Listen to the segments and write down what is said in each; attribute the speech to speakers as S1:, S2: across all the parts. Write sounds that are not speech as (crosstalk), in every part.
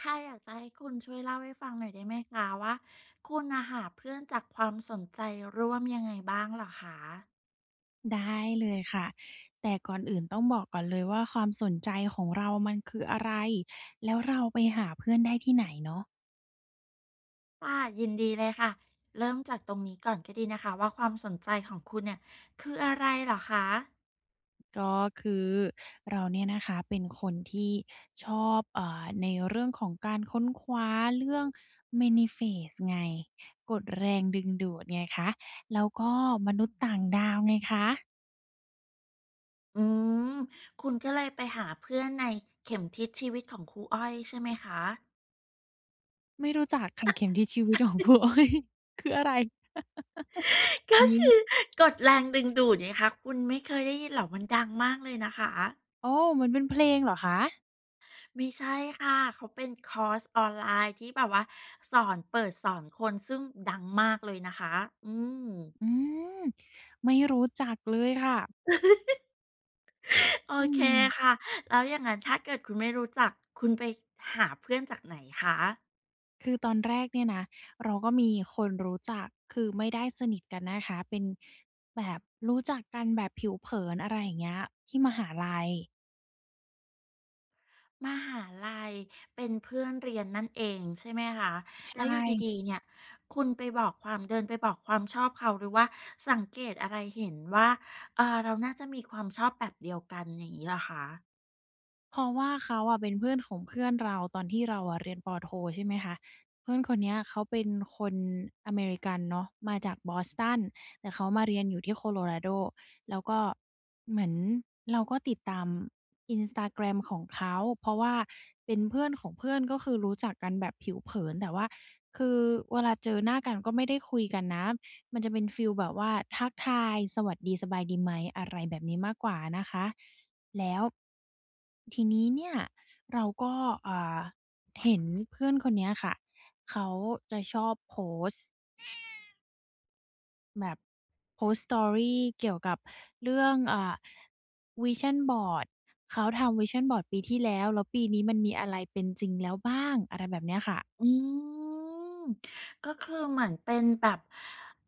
S1: ค่ะอยากจะให้คุณช่วยเล่าให้ฟังหน่อยได้ไหมคะว่าคุณน่ะหาเพื่อนจากความสนใจร่วมยังไงบ้างเหรอคะ
S2: ได้เลยค่ะแต่ก่อนอื่นต้องบอกก่อนเลยว่าความสนใจของเรามันคืออะไรแล้วเราไปหาเพื่อนได้ที่ไหนเนาะ
S1: ค่ะยินดีเลยค่ะเริ่มจากตรงนี้ก่อนก็ดีนะคะว่าความสนใจของคุณเนี่ยคืออะไรเหรอคะ
S2: ก็คือเราเนี่ยนะคะเป็นคนที่ชอบในเรื่องของการค้นคว้าเรื่อง Manifest ไงกฎแรงดึงดูดไงคะแล้วก็มนุษย์ต่างดาวไงคะ
S1: อืมคุณก็เลยไปหาเพื่อนในเข็มทิศชีวิตของครูอ้อยใช่ไหมคะ
S2: ไม่รู้จักค่ะเข็มทิศชีวิตของ (laughs) คุณโอ๊ยคืออะไร
S1: ก็
S2: อื
S1: (laughs)
S2: ม
S1: กฎแรงดึงดูดไงคะคุณไม่เคยได้ยินเหรอมันดังมากเลยนะคะ
S2: โอ้มันเป็นเพลงเหรอคะ
S1: ไม่ใช่ค่ะเขาเป็นคอร์สออนไลน์ที่แบบว่าสอนเปิดสอนคนซึ่งดังมากเลยนะคะ อืม
S2: อืมไม่รู้จักเลยค่ะ
S1: โอ
S2: อื
S1: เค
S2: ม
S1: ค่ะแล้วอย่างนั้นถ้าเกิดคุณไม่รู้จักคุณไปหาเพื่อนจากไหนคะ
S2: คือตอนแรกเนี่ยนะเราก็มีคนรู้จักคือไม่ได้สนิทกันนะคะเป็นแบบรู้จักกันแบบผิวเผินอะไรอย่างเงี้ยที่มหาลัย
S1: มหาลัยเป็นเพื่อนเรียนนั่นเองใช่ไหมคะ
S2: ใช
S1: แล้วอยู่ดี
S2: ่
S1: ๆเนี่ยคุณไปบอกความเดินไปบอกความชอบเขาหรือว่าสังเกตอะไรเห็นว่าเราน่าจะมีความชอบแบบเดียวกันอย่างงี้เหรอคะ
S2: เพราะว่าเขาอะเป็นเพื่อนของเพื่อนเราตอนที่เราอะเรียนปโทใช่ไหมคะเพื่อนคนเนี้ยเขาเป็นคนอเมริกันเนาะมาจากบอสตันแต่เขามาเรียนอยู่ที่ Colorado แล้วก็เหมือนเราก็ติดตาม Instagram ของเขาเพราะว่าเป็นเพื่อนของเพื่อนก็คือรู้จักกันแบบผิวเผินแต่ว่าคือเวลาเจอหน้ากันก็ไม่ได้คุยกันนะมันจะเป็นฟีลแบบว่าทักทายสวัสดีสบายดีไหมอะไรแบบนี้มากกว่านะคะ แล้วทีนี้เนี่ยเราก็อ่าเห็นเพื่อนคนเนี้ยค่ะเขาจะชอบโพสต์แบบโพสต์ Story เกี่ยวกับเรื่องVision Board เขาทำ Vision Board ปีที่แล้วแล้วปีนี้มันมีอะไรเป็นจริงแล้วบ้างอะไรแบบเนี้ยค่ะ
S1: อืมก็คือเหมือนเป็นแบบ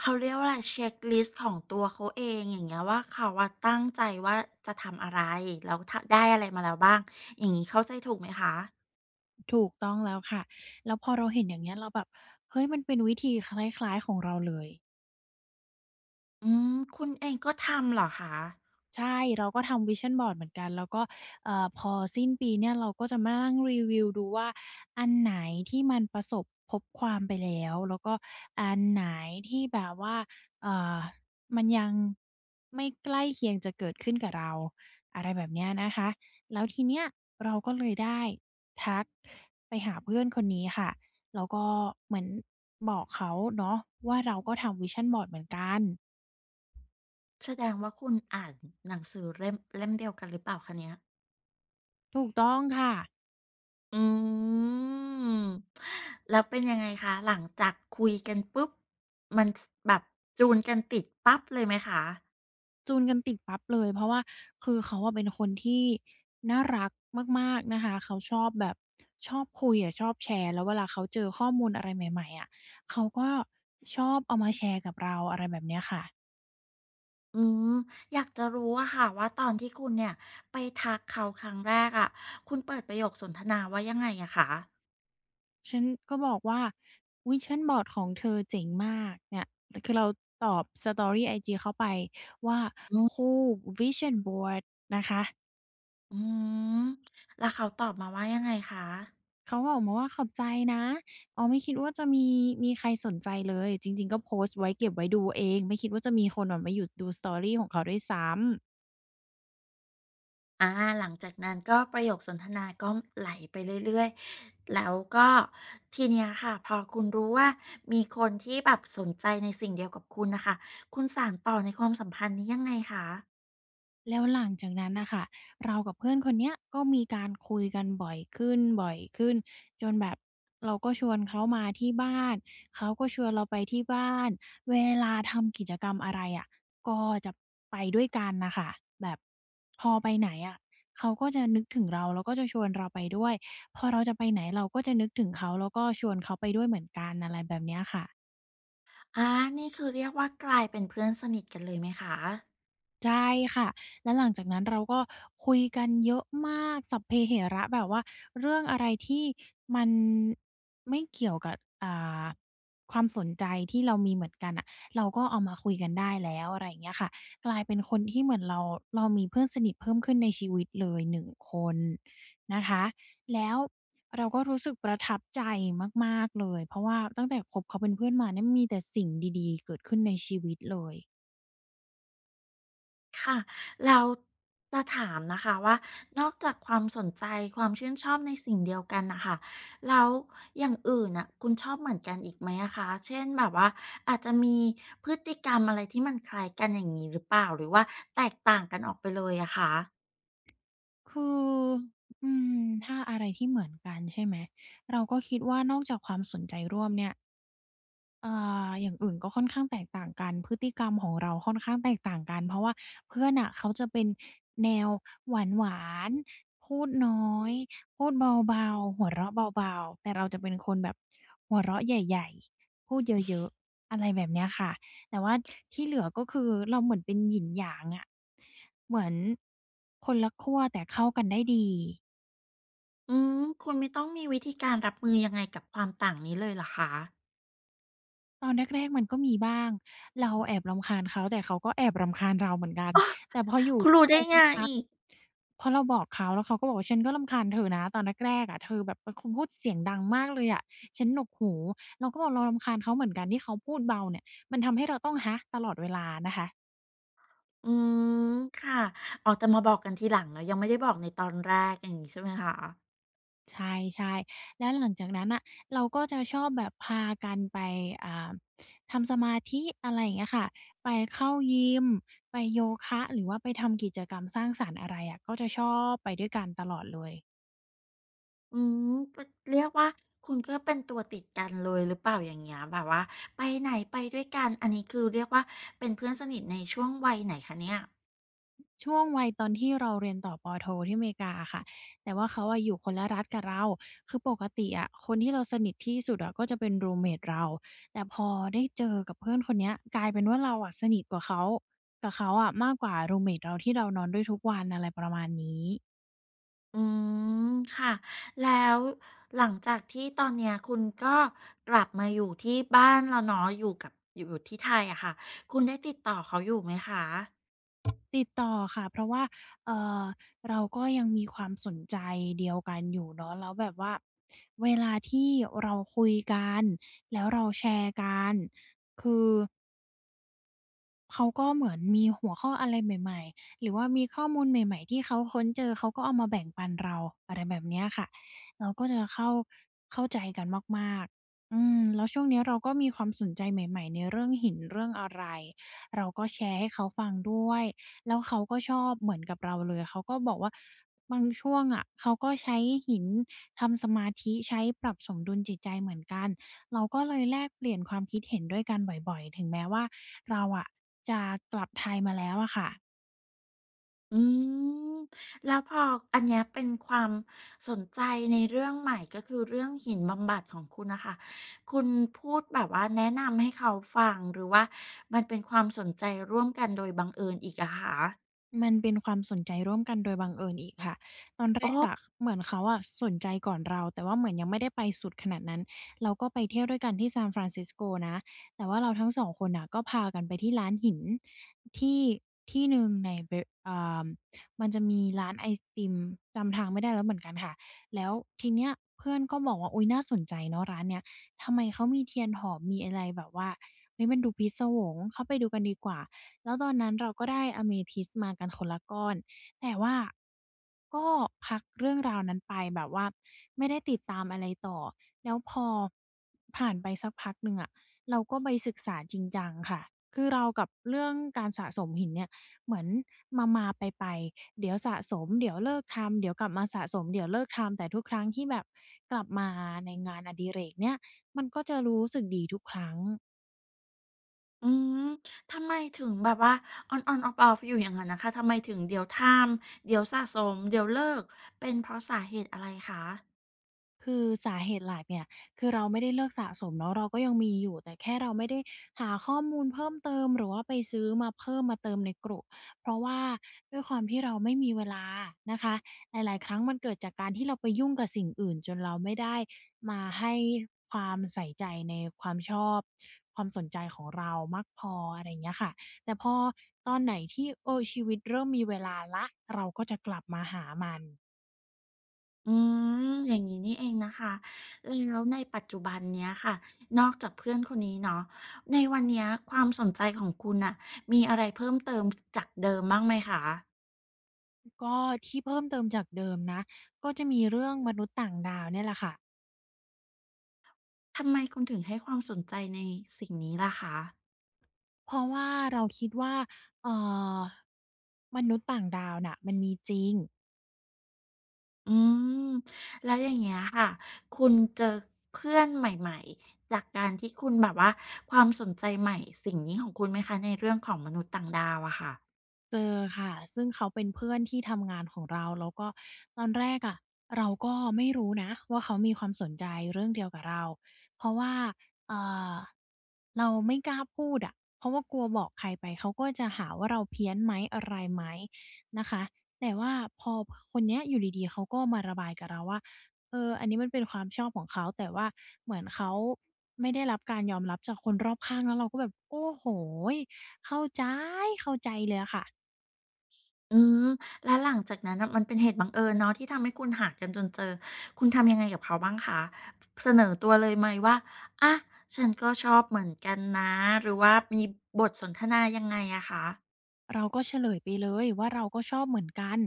S1: เขาเรียกว่าอะไรเช็กลิสต์ของตัวเขาเองอย่างเงี้ยว่าเขาอะตั้งใจว่าจะทำอะไรแล้วถ้าได้อะไรมาแล้วบ้างอย่างนี้เข้าใจถูกไหมคะ
S2: ถูกต้องแล้วค่ะแล้วพอเราเห็นอย่างเงี้ยเราแบบเฮ้ยมันเป็นวิธีคล้ายๆของเราเลย
S1: อืมคุณเองก็ทำเหรอคะ
S2: ใช่เราก็ทำ Vision Board เหมือนกันแล้วก็พอสิ้นปีเนี่ยเราก็จะมานั่งรีวิวดูว่าอันไหนที่มันประสบพบความไปแล้วแล้วก็อันไหนที่แบบว่าเอ่อมันยังไม่ใกล้เคียงจะเกิดขึ้นกับเราอะไรแบบเนี้ยนะคะแล้วทีเนี้ยเราก็เลยได้ทักไปหาเพื่อนคนนี้ค่ะแล้วก็เหมือนบอกเขาเนาะว่าเราก็ทำ Vision Board เหมือนกัน
S1: แสดงว่าคุณอ่านหนังสือเล่มเล่มเดียวกันหรือเปล่าคะเนี่ย
S2: ถูกต้องค่ะ
S1: อืมแล้วเป็นยังไงคะหลังจากคุยกันปุ๊บมันสแบบจูนกันติดปั๊บเลยไหมคะ
S2: จูนกันติดปั๊บเลยเพราะว่าคือเขาอะเป็นคนที่น่ารักมากๆนะคะเขาชอบแบบชอบคุยอะชอบแชร์แล้วเวลาเขาเจอข้อมูลอะไรใหม่ๆอะเขาก็ชอบเอามาแชร์กับเราอะไรแบบเนี้ยค่ะ
S1: อืมอยากจะรู้อะค่ะว่าตอนที่คุณเนี่ยไปทักเขาครั้งแรกอะคุณเปิดประโยคสนทนาว่ายังไงอะคะ
S2: ฉันก็บอกว่าอุ๊ย Vision Board ของเธอเจ๋งมากเนี่ยคือเราตอบ Story ไอจีเขาไปว่าคู่ Vision Board นะคะ
S1: อืมแล้วเขาตอบมาว่ายังไงคะ
S2: เขาบออกมาว่าขอบใจนะอ๋อไม่คิดว่าจะมีใครสนใจเลย จริงๆก็โพสต์ไว้เก็บไว้ดูเอง ไม่คิดว่าจะมีคนอะมาอยู่ดูสตอรี่ของเขาด้วยซ้ำ
S1: อาหลังจากนั้นก็ประโยคสนทนาก็ไหลไปเรื่อยๆแล้วก็ทีเนี้ยค่ะพอคุณรู้ว่ามีคนที่แบบสนใจในสิ่งเดียวกับคุณน่ะค่ะคุณสานต่อในความสัมพันธ์นี้ยังไงคะ
S2: แล้วหลังจากนั้นนะคะเรากับเพื่อนคนเนี้ยก็มีการคุยกันบ่อยขึ้นจนแบบเราก็ชวนเขามาที่บ้านเขาก็ชวนเราไปที่บ้านเวลาทำกิจกรรมอะไรอะก็จะไปด้วยกันน่ะค่ะแบบพอไปไหนอะเขาก็จะนึกถึงเราแล้วก็จะชวนเราไปด้วยพอเราจะไปไหนเราก็จะนึกถึงเขาแล้วก็ชวนเขาไปด้วยเหมือนกันอะไรแบบเนี้ยค่ะ
S1: อานี่คือเรียกว่ากลายเป็นเพื่อนสนิทกันเลยไหมคะ
S2: ใช่ค่ะแล้วหลังจากนั้นเราก็คุยกันเยอะมากสัพเพเหระแบบว่าเรื่องอะไรที่มันไม่เกี่ยวกับอ่าความสนใจที่เรามีเหมือนกันน่ะเราก็เอามาคุยกันได้แล้วอะไรอย่างเงี้ยค่ะกลายเป็นคนที่เหมือนเรามีเพื่อนสนิทเพิ่มขึ้นในชีวิตเลยหนึ่งคนนะคะแล้วเราก็รู้สึกประทับใจมากๆเลยเพราะว่าตั้งแต่คบเขาเป็นเพื่อนมาเนี่ยมีแต่สิ่งดีๆเกิดขึ้นในชีวิตเลย
S1: ค่ะแล้วจะถามนะคะว่านอกจากความสนใจความชื่นชอบในสิ่งเดียวกันนะคะแล้วอย่างอื่นน่ะคุณชอบเหมือนกันอีกไหมอะคะเช่นแบบว่าอาจจะมีพฤติกรรมอะไรที่มันคล้ายกันอย่างนี้หรือเปล่าหรือว่าแตกต่างกันออกไปเลยอะคะ
S2: คืออืมถ้าอะไรที่เหมือนกันใช่ไหมเราก็คิดว่านอกจากความสนใจร่วมเนี่ย อ่าอย่างอื่นก็ค่อนข้างแตกต่างกันพฤติกรรมของเราค่อนข้างแตกต่างกันเพราะว่าเพื่อนน่ะเขาจะเป็นแนวหวานๆพูดน้อยพูดเบาๆหัวเราะเบาๆแต่เราจะเป็นคนแบบหัวเราะใหญ่ๆพูดเยอะๆอะไรแบบเนี้ยค่ะแต่ว่าที่เหลือก็คือเราเหมือนเป็นหยินหยางอะเหมือนคนละขั้วแต่เข้ากันได้ดี
S1: อืมคุณไม่ต้องมีวิธีการรับมือยังไงกับความต่างนี้เลยเหรอคะ
S2: ตอนแรกๆมันก็มีบ้าง เราแอบรำคาญเขาแต่เขาก็แอบรำคาญเราเหมือนกัน แต่พออยู่
S1: คุณ
S2: ด้วย
S1: รู้
S2: กันไป
S1: ได้
S2: สั
S1: ไง
S2: กพักพอเราบอกเขาแล้วเขาก็บอกว่าฉันก็รำคาญเธอนะตอนแรกๆเธอแบบเป็นคนพูดเสียงดังมากเลยฉันหนวกหูเราก็บอกเรารำคาญเขาเหมือนกันที่เขาพูดเบาเนี่ยมันทำให้เราต้องฮะตลอดเวลานะคะ
S1: อืมค่ะอ๋อแต่มาบอกกันทีหลังเนาะยังไม่ได้บอกในตอนแรกอย่างงี้ใช่ไหมคะ
S2: ใช่ๆแล้วหลังจากนั้นน่ะเราก็จะชอบแบบพากันไปอ่าทำสมาธิอะไรอย่างเงี้ยค่ะไปเข้ายิมไปโยคะหรือว่าไปทำกิจกรรมสร้างสรรค์อะไรก็จะชอบไปด้วยกันตลอดเลย
S1: อืมเป็นเรียกว่าคุณก็เป็นตัวติดกันเลยหรือเปล่าอย่างเงี้ยแบบว่าไปไหนไปด้วยกันอันนี้คือเรียกว่าเป็นเพื่อนสนิทในช่วงวัยไหนคะเนี่ย
S2: ช่วงวัยตอนที่เราเรียนต่อปอโทที่อเมริกาอะค่ะ แต่ว่าเขาอยู่คนละรัฐกับเราคือปกติคนที่เราสนิทที่สุดก็จะเป็นรูมเมตเรา แต่พอได้เจอกับเพื่อนคนเนี้ยกลายเป็นว่าเราสนิทกว่าเขา กับเขามากกว่ารูมเมตเราที่เรานอนด้วยทุกวันอะไรประมาณนี้
S1: อืมค่ะแล้วหลังจากที่ตอนเนี้ยคุณก็กลับมาอยู่ที่บ้านแล้วเนาะอยู่กับอยู่อยู่ที่ไทยอะค่ะคุณได้ติดต่อเขาอยู่ไหมคะ
S2: ติดต่อค่ะเพราะว่าเอ่อเราก็ยังมีความสนใจเดียวกันอยู่เนาะแล้วแบบว่าเวลาที่เราคุยกันแล้วเราแชร์กันคือ เขาก็เหมือนมีหัวข้ออะไรใหม่ๆหรือว่ามีข้อมูลใหม่ๆที่เขาค้นเจอเขาก็เอามาแบ่งปันเราอะไรแบบเนี้ยค่ะเราก็จะเข้าใจกันมากๆอืมแล้วช่วงเนี้ยเราก็มีความสนใจใหม่ๆในเรื่องหินเรื่องอะไรเราก็แชร์ให้เขาฟังด้วยแล้วเขาก็ชอบเหมือนกับเราเลยเขาก็บอกว่าบางช่วงเขาก็ใช้หินทำสมาธิใช้ปรับสมดุลจิตใจเหมือนกัน เราก็เลยแลกเปลี่ยนความคิดเห็นด้วยกันบ่อยๆ ถึงแม้ว่าเราจะกลับไทยมาแล้วอะค่ะ
S1: อืมแล้วพออันเนี้ยเป็นความสนใจในเรื่องใหม่ก็คือเรื่องหินบำบัดของคุณน่ะค่ะคุณพูดแบบว่าแนะนำให้เขาฟังหรือว่ามันเป็นความสนใจร่วมกันโดยบังเอิญอีกอะคะ
S2: มันเป็นความสนใจร่วมกันโดยบังเอิญอีกค่ะตอนแร
S1: อ๋อ
S2: กเหมือนเขาสนใจก่อนเราแต่ว่าเหมือนยังไม่ได้ไปสุดขนาดนั้นเราก็ไปเที่ยวด้วยกันที่ซานฟรานซิสโกนะแต่ว่าเราทั้งสองคนน่ะก็พากันไปที่ร้านหินที่ที่หนึ่งในเบอ่ามันจะมีร้านไอติมจำทางไม่ได้แล้วเหมือนกันค่ะแล้วทีเนี้ยเพื่อนก็บอกว่าอุ๊ยน่าสนใจเนาะร้านเนี้ยทำไมเขามีเทียนหอมมีอะไรแบบว่าเฮ้ยมันดูพิศวงเข้าไปดูกันดีกว่า แล้วตอนนั้นเราก็ได้อะเมทิสต์มากันคนละก้อนแต่ว่าก็พักเรื่องราวนั้นไปแบบว่าไม่ได้ติดตามอะไรต่อแล้วพอผ่านไปสักพักหนึ่งเราก็ไปศึกษาจริงจังค่ะคือเรากับเรื่องการสะสมหินเนี่ยเหมือนมาๆไปๆเดี๋ยวสะสมเดี๋ยวเลิกทำเดี๋ยวกลับมาสะสมเดี๋ยวเลิกทำแต่ทุกครั้งที่แบบกลับมาในงานอดิเรกเนี่ยมันก็จะรู้สึกดีทุกครั้ง
S1: อืมทำไมถึงแบบว่า on on off off อยู่อย่างงั้นน่ะค่ะทำไมถึงเดี๋ยวทำเดี๋ยวสะสมเดี๋ยวเลิกเป็นเพราะสาเหตุอะไรคะ
S2: คือสาเหตุหลักเนี่ย คือเราไม่ได้เลิกสะสมเนาะเราก็ยังมีอยู่แต่แค่เราไม่ได้หาข้อมูลเพิ่มเติมหรือว่าไปซื้อมาเพิ่มมาเติมในกรุเพราะว่าด้วยความที่เราไม่มีเวลานะคะหลายๆครั้งมันเกิดจากการที่เราไปยุ่งกับสิ่งอื่นจนเราไม่ได้มาให้ความใส่ใจในความชอบความสนใจของเรามากพออะไรอย่างเงี้ยค่ะแต่พอตอนไหนที่เออชีวิตเริ่มมีเวลาแล้วเราก็จะกลับมาหามัน
S1: อืมอย่างนี้นี่เองนะคะแล้วในปัจจุบันเนี้ยค่ะนอกจากเพื่อนคนนี้เนาะในวันเนี้ยความสนใจของคุณอะมีอะไรเพิ่มเติมจากเดิมบ้างไหมคะ
S2: ก็ที่เพิ่มเติมจากเดิมนะก็จะมีเรื่องมนุษย์ต่างดาวเนี่ยแหละค่ะ
S1: ทำไมคุณถึงให้ความสนใจในสิ่งนี้ล่ะคะ
S2: เพราะว่าเราคิดว่าเอ่อมนุษย์ต่างดาวน่ะมันมีจริง
S1: อืมแล้วอย่างเงี้ยค่ะคุณเจอเพื่อนใหม่ๆจากการที่คุณแบบว่าความสนใจใหม่สิ่งนี้ของคุณไหมคะในเรื่องของมนุษย์ต่างดาวอะค่ะ
S2: เจอค่ะซึ่งเขาเป็นเพื่อนที่ทำงานของเราแล้วก็ตอนแรกเราก็ไม่รู้นะว่าเขามีความสนใจเรื่องเดียวกับเราเพราะว่าเอ่อเราไม่กล้าพูดเพราะว่ากลัวบอกใครไปเขาก็จะหาว่าเราเพี้ยนไหมอะไรไหมนะคะแต่ว่าพอพคนเนี้ยอยู่ดีๆเขาก็มาระบายกับเราว่าเอออันนี้มันเป็นความชอบของเขาแต่ว่าเหมือนเขาไม่ได้รับการยอมรับจากคนรอบข้างแล้วเราก็แบบโอ้โฮเข้าใจเข้าใจเลยอะค่ะ
S1: อืมแล้วหลังจากนั้นน่ะมันเป็นเหตุบังเอิญเนาะที่ทำให้คุณหากันจนเจอคุณทำยังไงกับเขาบ้างคะเสนอตัวเลยไหมว่าอะฉันก็ชอบเหมือนกันนะหรือว่ามีบทสนทนายังไงอะคะ
S2: เราก็เฉลยไปเลยว่าเราก็ชอบเหมือนกัน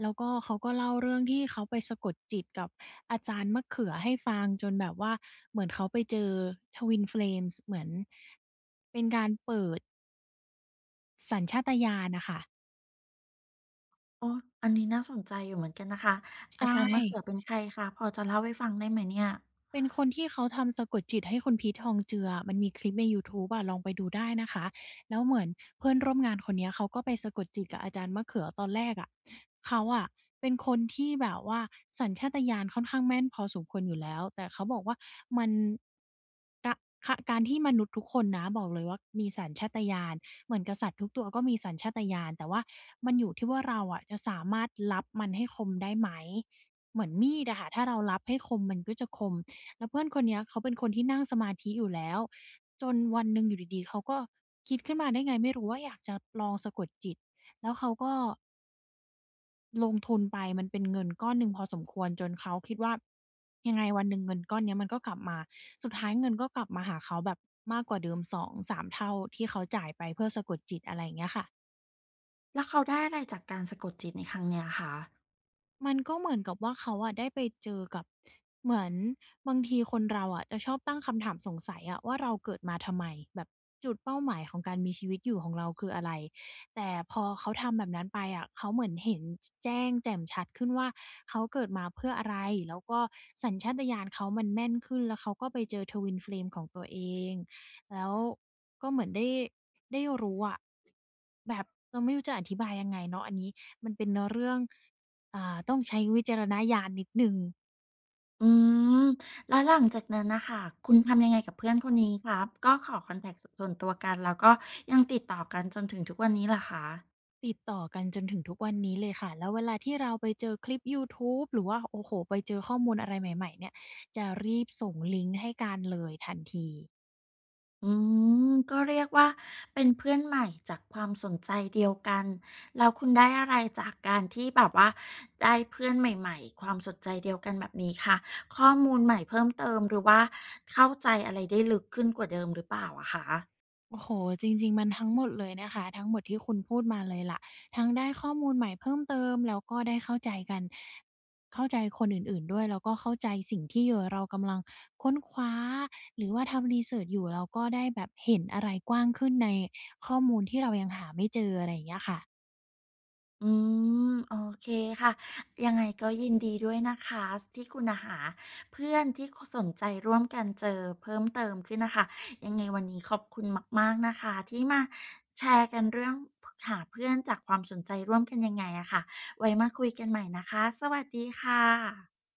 S2: แล้วก็เขาก็เล่าเรื่องที่เขาไปสะกดจิตกับอาจารย์มะเขือให้ฟังจนแบบว่าเหมือนเขาไปเจอ Twin Flames เหมือนสัญชาตญาณน่ะค่ะ
S1: โอ้อันนี้น่าสนใจอยู่เหมือนกันนะคะอา
S2: ใช่
S1: จารย์มะเขือเป็นใครคะพอจะเล่าให้ฟังได้ไหมเนี่ย
S2: เป็นคนที่เขาทำสะกดจิตให้คุณพีททองเจือมันมีคลิปในยูทูบอะลองไปดูได้นะคะแล้วเหมือนเพื่อนร่วมงานคนเนี้ยเขาก็ไปสะกดจิตกับอาจารย์มะเขือตอนแรกอะเขาอะเป็นคนที่แบบว่าสัญชาตญาณค่อนข้างแม่นพอสมควรอยู่แล้วแต่เขาบอกว่ามันกะคะการที่มนุษย์ทุกคนนะบอกเลยว่ามีสัญชาตญาณเหมือนกับสัตว์ทุกตัวก็มีสัญชาตญาณแต่ว่ามันอยู่ที่ว่าเราอะจะสามารถลับมันให้คมได้ไหมเหมือนมีดอะค่ะถ้าเราลับให้คมมันก็จะคม แล้วเพื่อนคนเนี้ยเขาเป็นคนที่นั่งสมาธิอยู่แล้วจนวันหนึ่งอยู่ดีๆเขาก็คิดขึ้นมาได้ไงไม่รู้ว่าอยากจะลองสะกดจิตแล้วเขาก็ลงทุนไปมันเป็นเงินก้อนหนึ่งพอสมควรจนเขาคิดว่ายังไงวันหนึ่งเงินก้อนเนี้ยมันก็กลับมาสุดท้ายเงินก็กลับมาหาเขาแบบมากกว่าเดิม2-3เท่าที่เขาจ่ายไปเพื่อสะกดจิตอะไรอย่างเงี้ยค่ะ
S1: แล้วเขาได้อะไรจากการสะกดจิตในครั้งเนี้ยคะ
S2: มันก็เหมือนกับว่าเขาอะได้ไปเจอกับเหมือนบางทีคนเราอะจะชอบตั้งคำถามสงสัยอะว่าเราเกิดมาทำไมแบบจุดเป้าหมายของการมีชีวิตอยู่ของเราคืออะไรแต่พอเขาทำแบบนั้นไปอะเขาเหมือนเห็นแจ้งแจ่มชัดขึ้นว่าเขาเกิดมาเพื่ออะไรแล้วก็สัญชาตญาณเขามันแม่นขึ้นแล้วเขาก็ไปเจอ Twin Flame ของตัวเองแล้วก็เหมือนได้ได้รู้อะแบบเราไม่รู้จะอธิบายยังไงเนาะอันนี้มันเป็นเนื้อเรื่อง ต้องใช้วิจารณญาณนิดหนึ่ง
S1: อืมแล้วหลังจากนั้นนะคะคุณทำยังไงกับเพื่อนคนนี้ครับก็ขอคอนแทคสส่วนตัวกันแล้วก็ยังติดต่อกันจนถึงทุกวันนี้เหรอคะ
S2: ติดต่อกันจนถึงทุกวันนี้เลยค่ะแล้วเวลาที่เราไปเจอคลิปยูทูบหรือว่าโอ้โฮไปเจอข้อมูลอะไรใหม่ๆเนี่ยจะรีบส่งลิงก์ให้กันเลยทันที
S1: อืมก็เรียกว่าเป็นเพื่อนใหม่จากความสนใจเดียวกันแล้วคุณได้อะไรจากการที่แบบว่าได้เพื่อนใหม่ๆความสนใจเดียวกันแบบนี้คะข้อมูลใหม่เพิ่มเติมหรือว่าเข้าใจอะไรได้ลึกขึ้นกว่าเดิมหรือเปล่าอะคะ
S2: โอ้โฮจริงๆมันทั้งหมดเลยนะคะ ทั้งหมดที่คุณพูดมาเลยล่ะทั้งได้ข้อมูลใหม่เพิ่มเติมแล้วก็ได้เข้าใจกัน เข้าใจคนอื่นๆด้วยแล้วก็เข้าใจสิ่งที่เรากำลังค้นคว้าหรือว่าทำรีเซิร์ชอยู่เราก็ได้แบบเห็นอะไรกว้างขึ้นในข้อมูลที่เรายังหาไม่เจออะไรอย่างเงี้ยค่ะ
S1: อืมโอเคค่ะยังไงก็ยินดีด้วยนะคะที่คุณน่ะหาเพื่อนที่คสนใจร่วมกันเจอเพิ่มเติมขึ้นน่ะค่ะยังไงวันนี้ขอบคุณมากๆนะคะที่มาแชร์กันเรื่องพหาเพื่อนจากความสนใจร่วมกันยังไงอะค่ะไว้มาคุยกันใหม่นะคะสวัสดีค่ะ